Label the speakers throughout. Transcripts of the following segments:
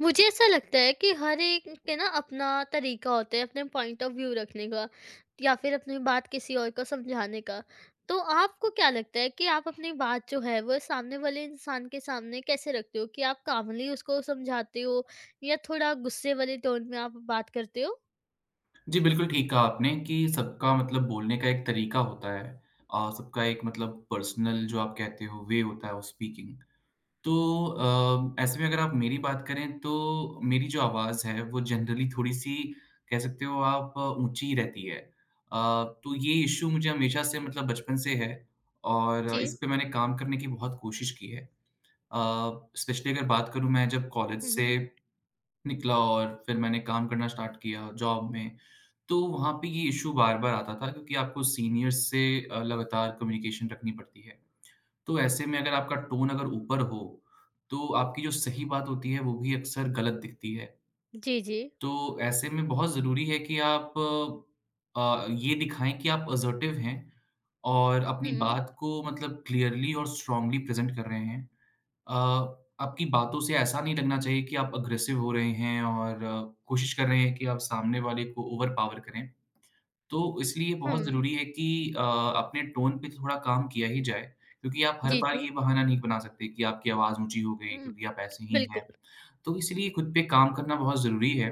Speaker 1: मुझे ऐसा लगता है कि हर एक के ना अपना तरीका होता है अपने पॉइंट ऑफ व्यू रखने का या फिर अपनी बात किसी और को समझाने का। तो आपको क्या लगता है कि आप अपनी बात जो है वो सामने वाले इंसान के सामने कैसे रखते हो? कि आप कामली उसको समझाते हो या थोड़ा गुस्से वाले टोन में आप बात करते हो?
Speaker 2: जी, बिल्कुल ठीक कहा आपने कि सबका मतलब बोलने का एक तरीका होता है और सबका एक मतलब पर्सनल जो आप कहते हो वे होता है ऑफ स्पीकिंग। तो ऐसे में अगर आप मेरी बात करें तो मेरी जो आवाज़ है वो जनरली थोड़ी-सी कह सकते हो आप ऊँची ही रहती है। तो ये इश्यू मुझे हमेशा से मतलब बचपन से है और
Speaker 1: जी।
Speaker 2: इस पे मैंने काम करने की बहुत कोशिश की है। अ, स्पेशली अगर बात करूँ मैं जब कॉलेज से
Speaker 1: हम्म।
Speaker 2: निकला और फिर मैंने काम करना स्टार्ट किया जॉब में, तो वहाँ पे ये इश्यू बार-बार आता था क्योंकि आपको सीनियर्स से लगातार कम्युनिकेशन रखनी पड़ती है। तो ऐसे में अगर आपका टोन अगर ऊपर हो, तो आपकी जो सही बात होती है, वो भी अक्सर गलत दिखती है।
Speaker 1: जी जी।
Speaker 2: तो ऐसे में बहुत ज़रूरी है कि आप ये दिखाएँ कि आप असर्टिव हैं और अपनी
Speaker 1: हम्म।
Speaker 2: बात को मतलब क्लियरली और स्ट्रॉन्गली प्रेज़ेंट कर रहे हैं। अ, आपकी बातों से ऐसा नहीं लगना चाहिए कि आप अग्रेसिव हो रहे हैं और कोशिश कर रहे हैं कि आप सामने वाले को ओवरपावर करें। तो इसलिए बहुत
Speaker 1: हम्म।
Speaker 2: ज़रूरी है कि अपने टोन पे थोड़ा काम किया ही जाए, क्योंकि आप हर
Speaker 1: जी
Speaker 2: बार
Speaker 1: जी।
Speaker 2: ये बहाना नहीं बना सकते कि आपकी आवाज़ ऊँची हो गई
Speaker 1: हम्म।
Speaker 2: क्योंकि आप ऐसे ही
Speaker 1: बिल्कुल।
Speaker 2: हैं। तो इसलिए खुद पे काम करना बहुत ज़रूरी है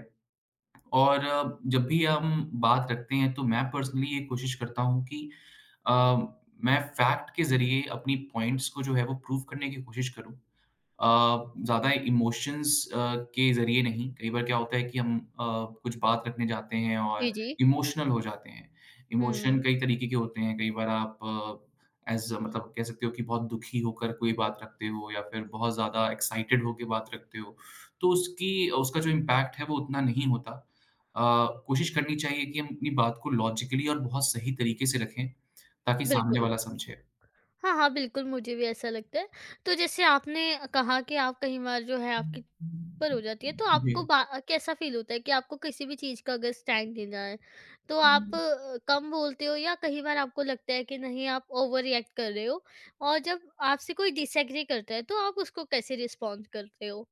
Speaker 2: और जब भी हम बात रखते हैं तो मैं पर्सनली ये कोशिश करता हूँ कि अ, मैं फैक्ट के ज़रिए अपनी पॉइंट्स को जो है वो प्रूव करने की कोशिश करूँ। ज़्यादा इमोशंस के ज़रिए नहीं, कई बार क्या होता है कि हम कुछ बात रखने जाते हैं
Speaker 1: जी
Speaker 2: और
Speaker 1: जी।
Speaker 2: इमोशनल हो जाते हैं।
Speaker 1: हम्म।
Speaker 2: इमोशन कई तरीके के होते हैं, कई बार आप एज़ मतलब कह सकते हो कि बहुत दुखी होकर कोई बात रखते हो या फिर बहुत ज़्यादा एक्साइटेड होके बात रखते हो, तो उसकी उसका जो इम्पैक्ट है वो उतना नहीं होता। अ, कोशिश करनी चाहिए कि हम अपनी बात को लॉजिकली और बहुत सही तरीके से रखें, ताकि सामने
Speaker 1: बिल्कुल।
Speaker 2: वाला समझे।
Speaker 1: हाँ, हाँ, बिल्कुल, मुझे भी ऐसा लगता है। तो जैसे आपने कहा कि आप कई बार जो है आपकी पर हो जाती है, तो आपको बा कैसा फ़ील होता है कि आपको किसी भी चीज़ का अगर स्टैंड लेना है, तो आप
Speaker 2: जी।
Speaker 1: कम बोलते हो या कई बार आपको लगता है कि नहीं, आप ओवर रिएक्ट कर रहे हो? और जब आपसे कोई डिसएग्री करता है, तो आप उसको कैसे रिस्पॉन्ड करते हो?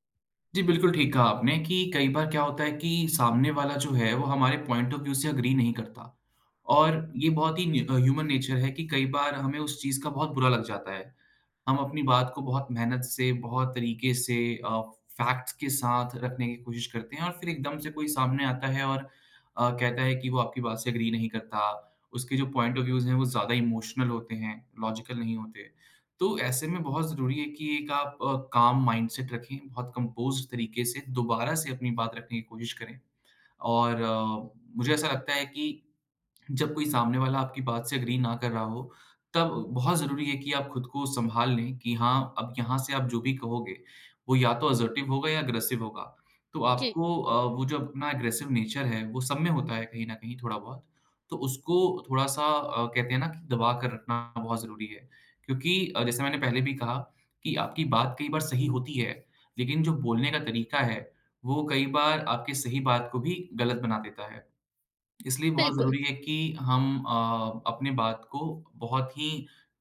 Speaker 2: जी, बिल्कुल ठीक कहा आपने कि कई बार क्या होता है कि सामने वाला जो है वो हमारे पॉइंट ऑफ व्यू से एग्री नहीं करता और ये बहुत ही ह्यूमन नेचर है कि कई बार हमें उस चीज़ का बहुत बुरा लग जाता है हम अपनी बात को बहुत मेहनत से, बहुत तरीके से अ, फैक्ट्स के साथ रखने की कोशिश करते हैं और फिर एकदम से कोई सामने आता है और कहता है कि वो आपकी बात से एग्री नहीं करता। उसके जो पॉइंट ऑफ व्यूज़ हैं, वो ज़्यादा इमोशनल होते हैं, लॉजिकल नहीं होते। तो ऐसे में बहुत ज़रूरी है कि एक आप काम माइंडसेट रखें, बहुत कंपोज़्ड तरीके से दोबारा से अपनी बात रखने की कोशिश करें और मुझे ऐसा लगता है कि जब कोई सामने वाला आपकी बात से एग्री ना कर रहा हो, तब बहुत ज़रूरी है कि आप खुद को सँभाल लें कि हाँ, अब यहाँ से आप जो भी कहोगे, वो या तो असर्टिव होगा या अग्रेसिव होगा। तो
Speaker 1: जी,
Speaker 2: आपको वो जो अपना अग्रेसिव नेचर है, वो सब में होता है कहीं न कहीं थोड़ा बहुत। तो उसको थोड़ा-सा कहते हैं ना कि दबा कर रखना बहुत ज़रूरी है। क्योंकि जैसे मैंने पहले भी कहा कि आपकी बात कई बार सही होती है, लेकिन जो बोलने का तरीका है, वो कई बार आपकी सही बात को भी गलत बना देता है। इसलिए बहुत
Speaker 1: बिल्कुल।
Speaker 2: ज़रूरी है कि हम अपनी बात को बहुत ही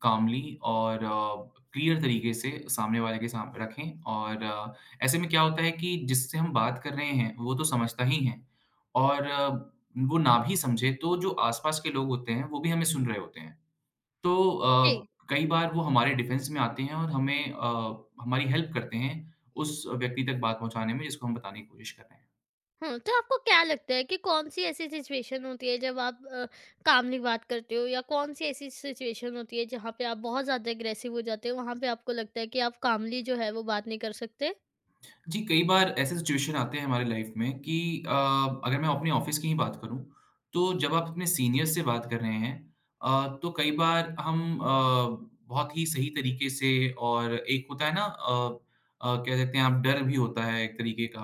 Speaker 2: कामली और क्लियर तरीके से सामने वाले के सामने रखें और ऐसे में क्या होता है कि जिससे हम बात कर रहे हैं, वो तो समझता ही है और वो ना भी समझे तो जो आस-पास के लोग होते हैं, वो भी हमें सुन रहे होते हैं। तो अ,
Speaker 1: जी।
Speaker 2: कई बार वो हमारे डिफेंस में आते हैं और हमें हमारी हेल्प करते हैं उस व्यक्ति तक बात पहुँचाने में जिसको हम बताने की कोशिश कर रहे हैं।
Speaker 1: हाँ, तो आपको क्या लगता है कि कौन-सी ऐसी सिचुएशन होती है जब आप कामली बात करते हो या कौन-सी ऐसी सिचुएशन होती है जहाँ पे आप बहुत ज़्यादा अग्रेसिव हो जाते हो, वहाँ पे आपको लगता है कि आप कामली जो है वो बात नहीं कर सकते?
Speaker 2: जी, कई बार ऐसे सिचुएशन आते हैं हमारी लाइफ में कि अ, अगर मैं अपने ऑफिस की ही बात करूँ, तो जब आप अपने सीनियर्स से बात कर रहे हैं तो कई बार हम बहुत ही सही तरीके से और एक होता है ना क्या कहते हैं आप डर भी होता है एक तरीके का,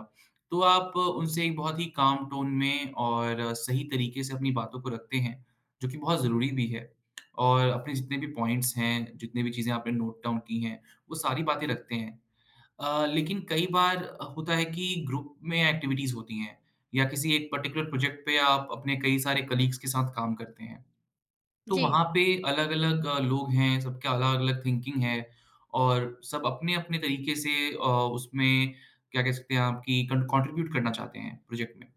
Speaker 2: तो आप उनसे एक बहुत ही काम टोन में और सही तरीके से अपनी बातों को रखते हैं, जो कि बहुत ज़रूरी भी है और अपने जितने भी पॉइंट्स हैं, जितनी भी चीज़ें आपने नोट डाउन की हैं, वो सारी बातें रखते हैं। लेकिन कई बार होता है कि ग्रुप में एक्टिविटीज़ होती हैं या किसी एक पर्टिकुलर प्रोजेक्ट पे आप अपने कई सारे कलीग्स के साथ काम करते हैं। तो
Speaker 1: जी।
Speaker 2: वहाँ पे अलग-अलग लोग हैं, सबका अलग-अलग थिंकिंग है और सब अपने-अपने तरीके से उसमें क्या कह सकते हैं आपकी कन कॉन्ट्रिब्यूट करना चाहते हैं प्रोजेक्ट में।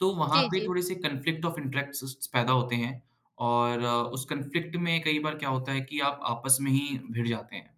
Speaker 2: तो वहाँ
Speaker 1: जी,
Speaker 2: पे
Speaker 1: जी।
Speaker 2: थोड़े से कॉन्फ्लिक्ट ऑफ इंटरेस्ट्स पैदा होते हैं और उस कॉन्फ्लिक्ट में कई बार क्या होता है कि आप आपस में ही भिड़ जाते हैं।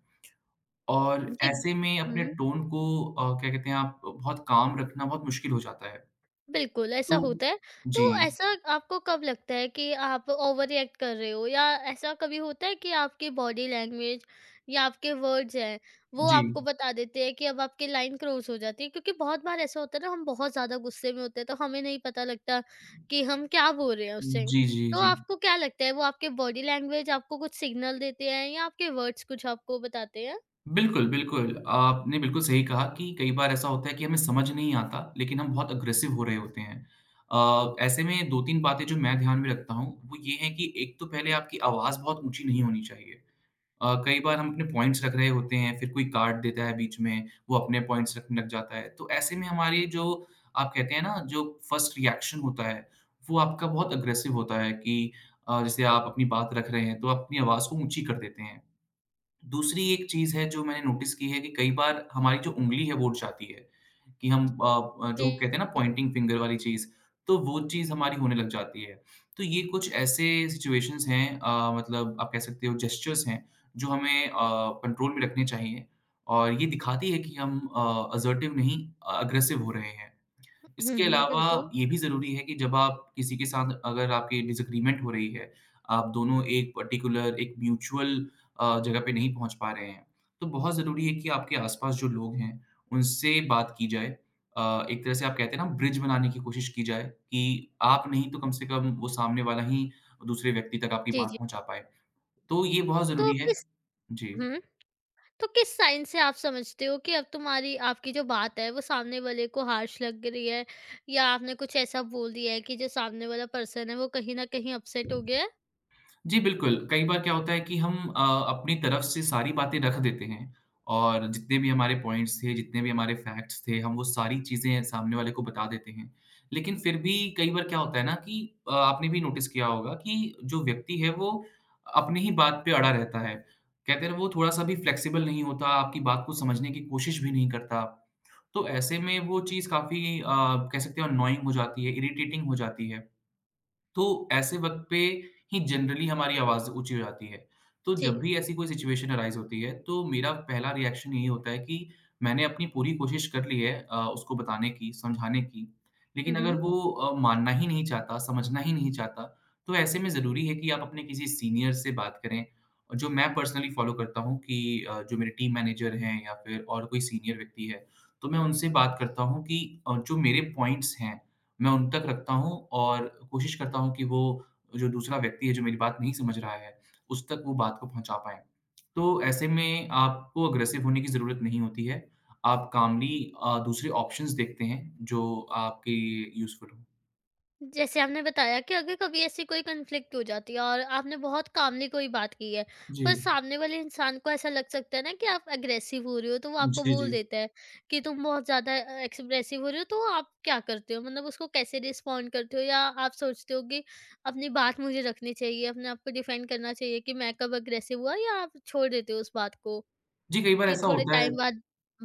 Speaker 2: और
Speaker 1: जी।
Speaker 2: ऐसे में
Speaker 1: हुँ।
Speaker 2: अपने टोन को क्या कहते हैं आप बहुत काम रखना बहुत मुश्किल हो जाता है।
Speaker 1: बिल्कुल, ऐसा
Speaker 2: तो
Speaker 1: होता है। तो
Speaker 2: जी,
Speaker 1: ऐसा आपको कब लगता है कि आप ओवर रिएक्ट कर रहे हो? या ऐसा कभी होता है कि आपकी बॉडी लैंग्वेज या आपके वर्ड्स हैं, वो
Speaker 2: जी।
Speaker 1: आपको बता देते हैं कि अब आपकी लाइन क्रॉस हो जाती है? क्योंकि बहुत बार ऐसा होता है ना, हम बहुत ज़्यादा गुस्से में होते हैं, तो हमें नहीं पता लगता कि हम क्या बोल रहे हैं उस टाइम।
Speaker 2: जी, जी,
Speaker 1: तो
Speaker 2: जी।
Speaker 1: आपको क्या लगता है, वो आपके बॉडी लैंग्वेज आपको कुछ सिग्नल देते हैं या आपके वर्ड्स कुछ आपको बताते हैं?
Speaker 2: बिल्कुल, बिल्कुल। आपने बिल्कुल सही कहा कि कई बार ऐसा होता है कि हमें समझ नहीं आता, लेकिन हम बहुत अग्रेसिव हो रहे होते हैं। ऐसे में 2-3 बातें जो मैं ध्यान में रखता हूँ, वो ये है कि एक तो पहले आपकी आवाज़ बहुत ऊँची नहीं होनी चाहिए। कई बार हम अपने पॉइंट्स रख रहे होते हैं, फिर कोई कार्ड देता है बीच में, वो अपने पॉइंट्स रखने लग जाता है। तो ऐसे में हमारी जो आप कहते हैं ना जो फर्स्ट रिएक्शन होता है, वो आपका बहुत अग्रेसिव होता है कि जैसे आप अपनी बात रख रहे हैं, तो आप अपनी आवाज़ को ऊँची कर देते हैं। दूसरी एक चीज़ है जो मैंने नोटिस की है कि कई बार हमारी जो उँगली है वो उठ जाती है, कि हम
Speaker 1: जी।
Speaker 2: जो कहते हैं ना पॉइंटिंग फिंगर वाली चीज़, तो वो चीज़ हमारी होने लग जाती है। तो ये कुछ ऐसे सिचुएशंस हैं मतलब आप कह सकते हो जेस्चर्स हैं जो हमें कंट्रोल में रखने चाहिए और ये दिखाती है कि हम असर्टिव नहीं अग्रेसिव हो रहे हैं।
Speaker 1: हुँ,
Speaker 2: इसके
Speaker 1: हुँ,
Speaker 2: अलावा
Speaker 1: बिल्कुल।
Speaker 2: ये भी ज़रूरी है कि जब आप किसी के साथ अगर आपकी डिसएग्रीमेंट हो रही है, आप दोनों एक पर्टिकुलर एक म्यूचुअल जगह पे नहीं पहुँच पा रहे हैं, तो बहुत ज़रूरी है कि आपके आस-पास जो लोग हैं, उनसे बात की जाए। एक तरह से आप कहते हैं ना ब्रिज बनाने की कोशिश की जाए कि आप नहीं तो कम से कम वो सामने वाला ही दूसरे व्यक्ति तक आपकी
Speaker 1: जी,
Speaker 2: बात
Speaker 1: जी।
Speaker 2: पहुँचा पाए। तो ये बहुत
Speaker 1: तो
Speaker 2: ज़रूरी है।
Speaker 1: किस
Speaker 2: जी।
Speaker 1: हुँ। तो किस साइन से आप समझते हो कि अब तुम्हारी आपकी जो बात है वो सामने वाले को हार्श लग रही है या आपने कुछ ऐसा बोल दिया है कि जो सामने वाला पर्सन है वो कहीं ना कहीं अपसेट हो गया है?
Speaker 2: जी, बिल्कुल। कई बार क्या होता है कि हम अपनी तरफ से सारी बातें रख देते हैं और जितने भी हमारे पॉइंट्स थे, जितने भी हमारे फैक्ट्स थे, हम वो सारी चीज़ें सामने वाले को बता देते हैं। लेकिन फिर भी कई बार क्या होता है ना कि आपने भी नोटिस किया होगा कि जो व्यक्ति है वो अपनी ही बात पे अड़ा रहता है। कहते हैं ना वो थोड़ा-सा भी फ्लेक्सिबल नहीं होता, आपकी बात को समझने की कोशिश भी नहीं करता। तो ऐसे में वो चीज़ काफ़ी कह सकते हो अननोइंग हो जाती है, इरिटेटिंग हो जाती है। तो ऐसे वक़्त पे ही जनरली हमारी आवाज़ ऊँची हो जाती है। तो जब
Speaker 1: जी।
Speaker 2: भी ऐसी कोई सिचुएशन अराइज़ होती है, तो मेरा पहला रिएक्शन यही होता है कि मैंने अपनी पूरी कोशिश कर ली है उसको बताने की, समझाने की, लेकिन अगर
Speaker 1: हम्म।
Speaker 2: वो मानना ही नहीं चाहता, समझना ही नहीं चाहता, तो ऐसे में ज़रूरी है कि आप अपने किसी सीनियर से बात करें। और जो मैं पर्सनली फ़ॉलो करता हूँ कि जो मेरे टीम मैनेजर हैं या फिर और कोई सीनियर व्यक्ति है, तो मैं उनसे बात करता हूँ कि जो मेरे पॉइंट्स हैं मैं उन तक रखता हूँ और कोशिश करता हूँ कि वो जो दूसरा व्यक्ति है जो मेरी बात नहीं समझ रहा है, उस तक वो बात को पहुँचा पाएँ। तो ऐसे में आपको अग्रेसिव होने की ज़रूरत नहीं होती है। आप कामली दूसरे ऑप्शंस देखते हैं जो आपके यूज़फुल हों।
Speaker 1: जैसे आपने बताया कि अगर कभी ऐसी कोई कन्फ्लिक्ट हो जाती है और आपने बहुत कामली कोई बात की है,
Speaker 2: जी।
Speaker 1: पर सामने वाले इंसान को ऐसा लग सकता है ना कि आप अग्रेसिव हो रहे हो, तो वो आपको
Speaker 2: जी, जी।
Speaker 1: बोल देता है कि तुम बहुत ज़्यादा एक्सप्रेसिव हो रहे हो। तो आप क्या करते हो? मतलब उसको कैसे रिस्पॉन्ड करते हो? या आप सोचते हो कि अपनी बात मुझे रखनी चाहिए, अपने आप को डिफेंड करना चाहिए कि मैं कब अग्रेसिव हुआ, या आप छोड़ देते हो उस बात को
Speaker 2: जी, कई बार
Speaker 1: कि
Speaker 2: ऐसा
Speaker 1: थोड़े
Speaker 2: होता है
Speaker 1: टाइम बाद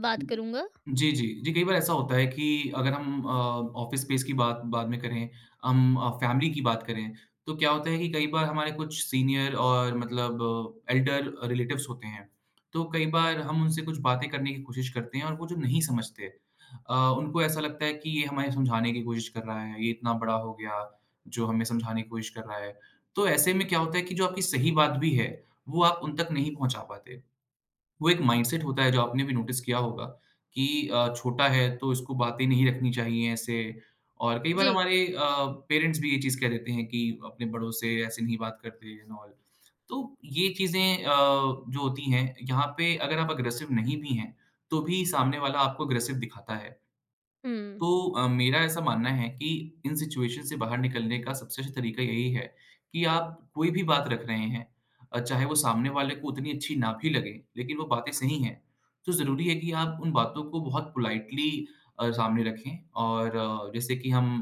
Speaker 1: बात करूंगा?
Speaker 2: जी, जी। जी, कई बार ऐसा होता है कि अगर हम ऑफ़िस स्पेस की बात बाद में करें, हम फैमिली की बात करें, तो क्या होता है कि कई बार हमारे कुछ सीनियर और मतलब एल्डर रिलेटिव्स होते हैं, तो कई बार हम उनसे कुछ बातें करने की कोशिश करते हैं और वो जो नहीं समझते उनको ऐसा लगता है कि ये हमें समझाने की कोशिश कर रहा है, ये इतना बड़ा हो गया, जो हमें समझाने की कोशिश कर रहा है। तो ऐसे में क्या होता है कि जो आपकी सही बात भी है, वो आप उन तक नहीं पहुँचा पाते। वो एक माइंडसेट होता है जो आपने भी नोटिस किया होगा कि छोटा है तो इसको बातें नहीं रखनी चाहिए ऐसे। और कई बार
Speaker 1: जी।
Speaker 2: हमारे पेरेंट्स भी ये चीज़ कह देते हैं कि अपने बड़ों से ऐसे नहीं बात करते एंड ऑल। तो ये चीज़ें अ, जो होती हैं यहाँ पे, अगर आप अग्रेसिव नहीं भी हैं तो भी सामने वाला आपको अग्रेसिव दिखाता है।
Speaker 1: हम्म।
Speaker 2: तो मेरा ऐसा मानना है कि इन सिचुएशन से बाहर निकलने का सबसे अच्छा तरीका यही है कि आप कोई भी बात रख रहे हैं, चाहे वो सामने वाले को उतनी अच्छी ना भी लगे, लेकिन वो बातें सही हैं, तो ज़रूरी है कि आप उन बातों को बहुत पोलाइटली सामने रखें। और अ, जैसे कि हम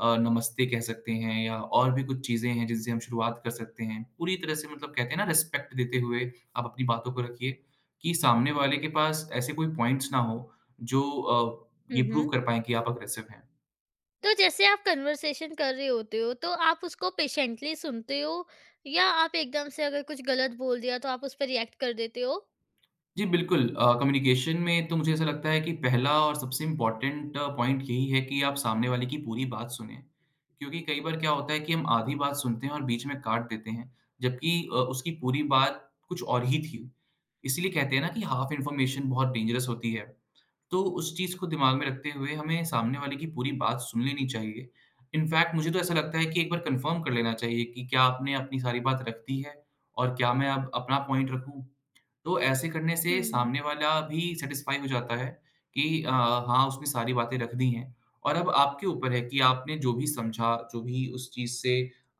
Speaker 2: अ, नमस्ते कह सकते हैं या और भी कुछ चीज़ें हैं जिनसे हम शुरुआत कर सकते हैं पूरी तरह से। मतलब कहते हैं ना, रिस्पेक्ट देते हुए आप अपनी बातों को रखिए, कि सामने वाले के पास ऐसे कोई पॉइंट्स ना हो जो ये
Speaker 1: हम्म।
Speaker 2: प्रूव
Speaker 1: हम्म।
Speaker 2: कर पाएँ कि आप अग्रेसिव हैं।
Speaker 1: तो जैसे आप कन्वर्सेशन कर रहे होते हो तो आप उसको पेशेंटली सुनते हो या आप एकदम से अगर कुछ गलत बोल दिया तो आप उस पर रिएक्ट कर देते हो?
Speaker 2: जी, बिल्कुल। कम्युनिकेशन में तो मुझे ऐसा लगता है कि पहला और सबसे इम्पोर्टेंट पॉइंट यही है कि आप सामने वाले की पूरी बात सुनें। क्योंकि कई बार क्या होता है कि हम आधी बात सुनते हैं और बीच में काट देते हैं, जबकि उसकी पूरी बात कुछ और ही थी। इसीलिए कहते हैं ना कि हाफ इन्फॉर्मेशन बहुत डेंजरस होती है। तो उस चीज़ को दिमाग में रखते हुए हमें सामने वाले की पूरी बात सुन लेनी चाहिए। इनफैक्ट मुझे तो ऐसा लगता है कि एक बार कन्फर्म कर लेना चाहिए कि क्या आपने अपनी सारी बात रख दी है और क्या मैं अब अपना पॉइंट रखूँ? तो ऐसे करने से
Speaker 1: हम्म।
Speaker 2: सामने वाला भी सैटिस्फाई हो जाता है कि हाँ, उसने सारी बातें रख दी हैं। और अब आपके ऊपर है कि आपने जो भी समझा, जो भी उस चीज़ से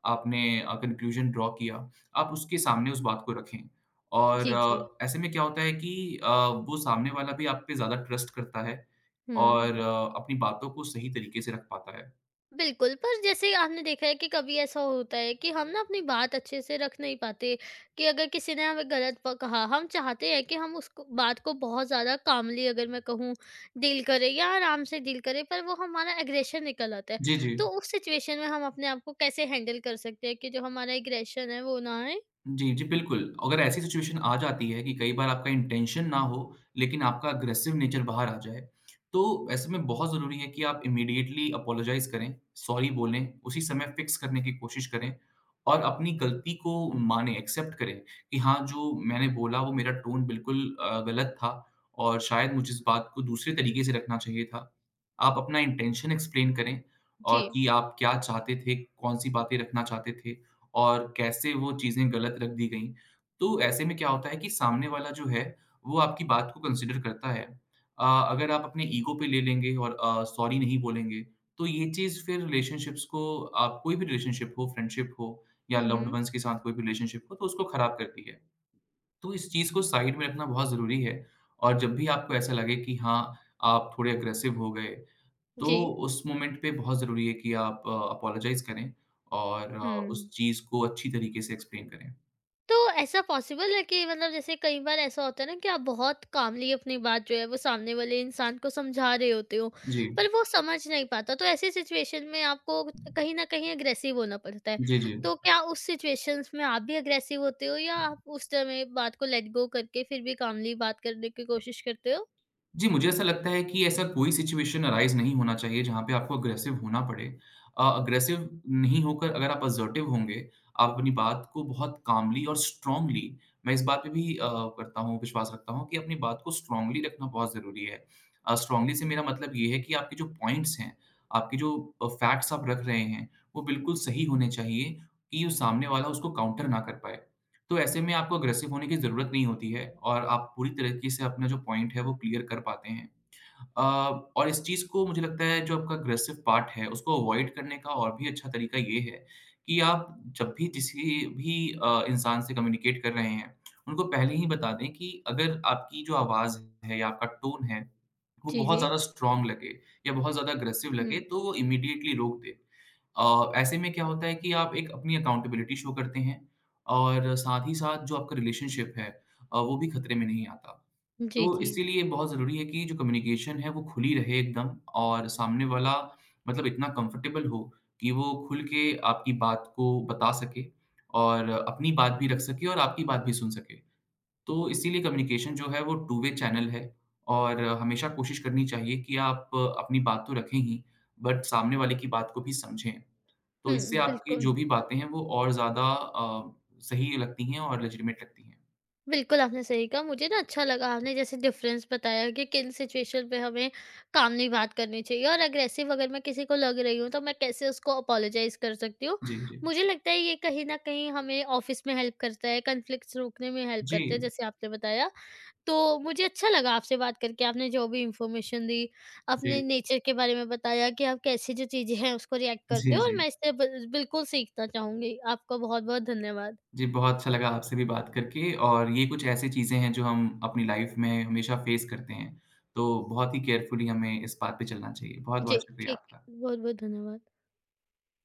Speaker 2: आपने कन्क्लूज़न ड्रॉ किया, आप उसके सामने उस बात को रखें। और
Speaker 1: जी जी।
Speaker 2: ऐसे में क्या होता है कि अ, वो सामने वाला भी आप पे ज़्यादा ट्रस्ट करता है
Speaker 1: हम्म।
Speaker 2: और अपनी बातों को सही तरीके से रख पाता है।
Speaker 1: बिल्कुल, पर जैसे आपने देखा है कि कभी ऐसा होता है कि हम ना अपनी बात अच्छे से रख नहीं पाते, कि अगर किसी ने हमें गलत प कहा, हम चाहते हैं कि हम उसको बात को बहुत ज़्यादा कामली अगर मैं कहूँ डील करें या आराम से डील करें, पर वो हमारा एग्रेशन निकल आता है।
Speaker 2: जी, जी।
Speaker 1: तो उस सिचुएशन में हम अपने आप को कैसे हैंडल कर सकते हैं कि जो हमारा एग्रेशन है वो ना आए?
Speaker 2: जी, जी, बिल्कुल। अगर ऐसी सिचुएशन आ जाती है कि कई बार आपका इंटेंशन ना हो, लेकिन आपका अग्रेसिव नेचर बाहर आ जाए, तो ऐसे में बहुत ज़रूरी है कि आप इमीडिएटली अपोलोजाइज़ करें, सॉरी बोलें, उसी समय फिक्स करने की कोशिश करें और अपनी गलती को मानें, एक्सेप्ट करें कि हाँ, जो मैंने बोला वो मेरा टोन बिल्कुल गलत था और शायद मुझे इस बात को दूसरे तरीके से रखना चाहिए था। आप अपना इंटेंशन एक्सप्लेन करें
Speaker 1: जी।
Speaker 2: और कि आप क्या चाहते थे, कौन-सी बातें रखना चाहते थे। और कैसे वो चीज़ें गलत रख दी गईं। तो ऐसे में क्या होता है कि सामने वाला जो है, वो आपकी बात को कंसिडर करता है। अगर आप अपने ईगो पे ले लेंगे और सॉरी नहीं बोलेंगे, तो ये चीज़ फिर रिलेशनशिप्स को, आप कोई भी रिलेशनशिप हो, फ्रेंडशिप हो या
Speaker 1: हुँ,
Speaker 2: लव्ड
Speaker 1: हुँ।
Speaker 2: वन्स के साथ कोई भी रिलेशनशिप हो, तो उसको खराब करती है। तो इस चीज़ को साइड में रखना बहुत ज़रूरी है। और जब भी आपको ऐसा लगे कि हाँ, आप थोड़े अग्रेसिव हो गए, तो
Speaker 1: जी।
Speaker 2: उस मोमेंट पे बहुत ज़रूरी है कि आप अपोलोजाइज़ करें और उस
Speaker 1: हुँ।
Speaker 2: चीज़ को अच्छी तरीके से एक्सप्लेन करें।
Speaker 1: तो ऐसा पॉसिबल है कि मतलब जैसे कई बार ऐसा होता है ना कि आप बहुत कामली अपनी बात जो है वो सामने वाले इंसान को समझा रहे होते हो,
Speaker 2: जी।
Speaker 1: पर वो समझ नहीं पाता। तो ऐसी सिचुएशन में आपको कहीं ना कहीं अग्रेसिव होना पड़ता है।
Speaker 2: जी,
Speaker 1: तो क्या उस सिचुएशंस में आप भी अग्रेसिव होते हो या
Speaker 2: जी।
Speaker 1: आप उस समय बात को लेट गो करके फिर भी कामली बात करने की कोशिश करते हो?
Speaker 2: जी, मुझे ऐसा लगता है कि ऐसा कोई सिचुएशन अराइज़ नहीं होना चाहिए जहाँ पे आपको अग्रेसिव होना पड़े। अग्रेसिव नहीं होकर अगर आप असर्टिव होंगे, आप अपनी बात को बहुत काल्मली और स्ट्रांगली, मैं इस बात पे भी अ, करता हूँ विश्वास रखता हूँ कि अपनी बात को स्ट्रांगली रखना बहुत ज़रूरी है। स्ट्रांगली से मेरा मतलब ये है कि आपके जो पॉइंट्स हैं, आपके जो फैक्ट्स आप रख रहे हैं, वो बिल्कुल सही होने चाहिए कि वो सामने वाला उसको काउंटर ना कर पाए। तो ऐसे में आपको अग्रेसिव होने की ज़रूरत नहीं होती है और आप पूरी तरीके से अपना जो पॉइंट है, वो क्लियर कर पाते हैं। अ, और इस चीज़ को मुझे लगता है, जो आपका अग्रेसिव पार्ट है उसको अवॉइड करने का और भी अच्छा तरीका ये है कि आप जब भी किसी भी इंसान से कम्युनिकेट कर रहे हैं, उनको पहले ही बता दें कि अगर आपकी जो आवाज़ है या आपका टोन है, वो
Speaker 1: जी
Speaker 2: बहुत
Speaker 1: जी।
Speaker 2: ज़्यादा स्ट्रॉन्ग लगे या बहुत ज़्यादा अग्रेसिव लगे
Speaker 1: हम्म।
Speaker 2: तो वो इमीडिएटली रोक दें। ऐसे में क्या होता है कि आप एक अपनी अकाउंटेबिलिटी शो करते हैं और साथ ही साथ जो आपका रिलेशनशिप है वो भी खतरे में नहीं आता।
Speaker 1: जी
Speaker 2: तो
Speaker 1: जी।
Speaker 2: इसीलिए बहुत ज़रूरी है कि जो कम्युनिकेशन है वो खुली रहे एकदम, और सामने वाला मतलब इतना कंफर्टेबल हो कि वो खुल के आपकी बात को बता सके और अपनी बात भी रख सके और आपकी बात भी सुन सके। तो इसीलिए कम्युनिकेशन जो है वो टू वे चैनल है और हमेशा कोशिश करनी चाहिए कि आप अपनी बात तो रखें ही, बट सामने वाले की बात को भी समझें। तो इससे
Speaker 1: हम्म।
Speaker 2: आपकी
Speaker 1: बिल्कुल।
Speaker 2: जो भी बातें हैं वो और ज़्यादा सही लगती हैं और लेजिटिमेट लगती हैं।
Speaker 1: बिल्कुल, आपने सही कहा। मुझे ना अच्छा लगा आपने जैसे डिफ़रेंस बताया कि किन सिचुएशन पे हमें कामली बात करनी चाहिए और अग्रेसिव अगर मैं किसी को लग रही हूँ तो मैं कैसे उसको अपोलोजाइज़ कर सकती हूँ।
Speaker 2: जी, जी।
Speaker 1: मुझे लगता है ये कहीं न कहीं हमें ऑफ़िस में हेल्प करता है, कॉन्फ्लिक्ट्स रोकने में हेल्प
Speaker 2: जी,
Speaker 1: करता है जैसे आपने बताया। तो मुझे अच्छा लगा आपसे बात करके, आपने जो भी इन्फॉर्मेशन दी,
Speaker 2: जी,
Speaker 1: अपने नेचर के बारे में बताया कि आप कैसे जो चीज़ें हैं उसको रिएक्ट करते
Speaker 2: जी,
Speaker 1: हो और
Speaker 2: जी।
Speaker 1: मैं इससे बिल्कुल सीखना चाहूँगी। आपका बहुत-बहुत धन्यवाद।
Speaker 2: जी, बहुत अच्छा लगा आपसे भी बात करके और ये कुछ ऐसी चीज़ें हैं जो हम अपनी लाइफ़ में हमेशा फेस करते हैं। तो बहुत ही केयरफुली हमें इस बात पे चलना चाहिए।
Speaker 1: जी,
Speaker 2: बहुत-बहुत शुक्रिया
Speaker 1: ठीक।
Speaker 2: आपका।
Speaker 1: बहुत-बहुत धन्यवाद।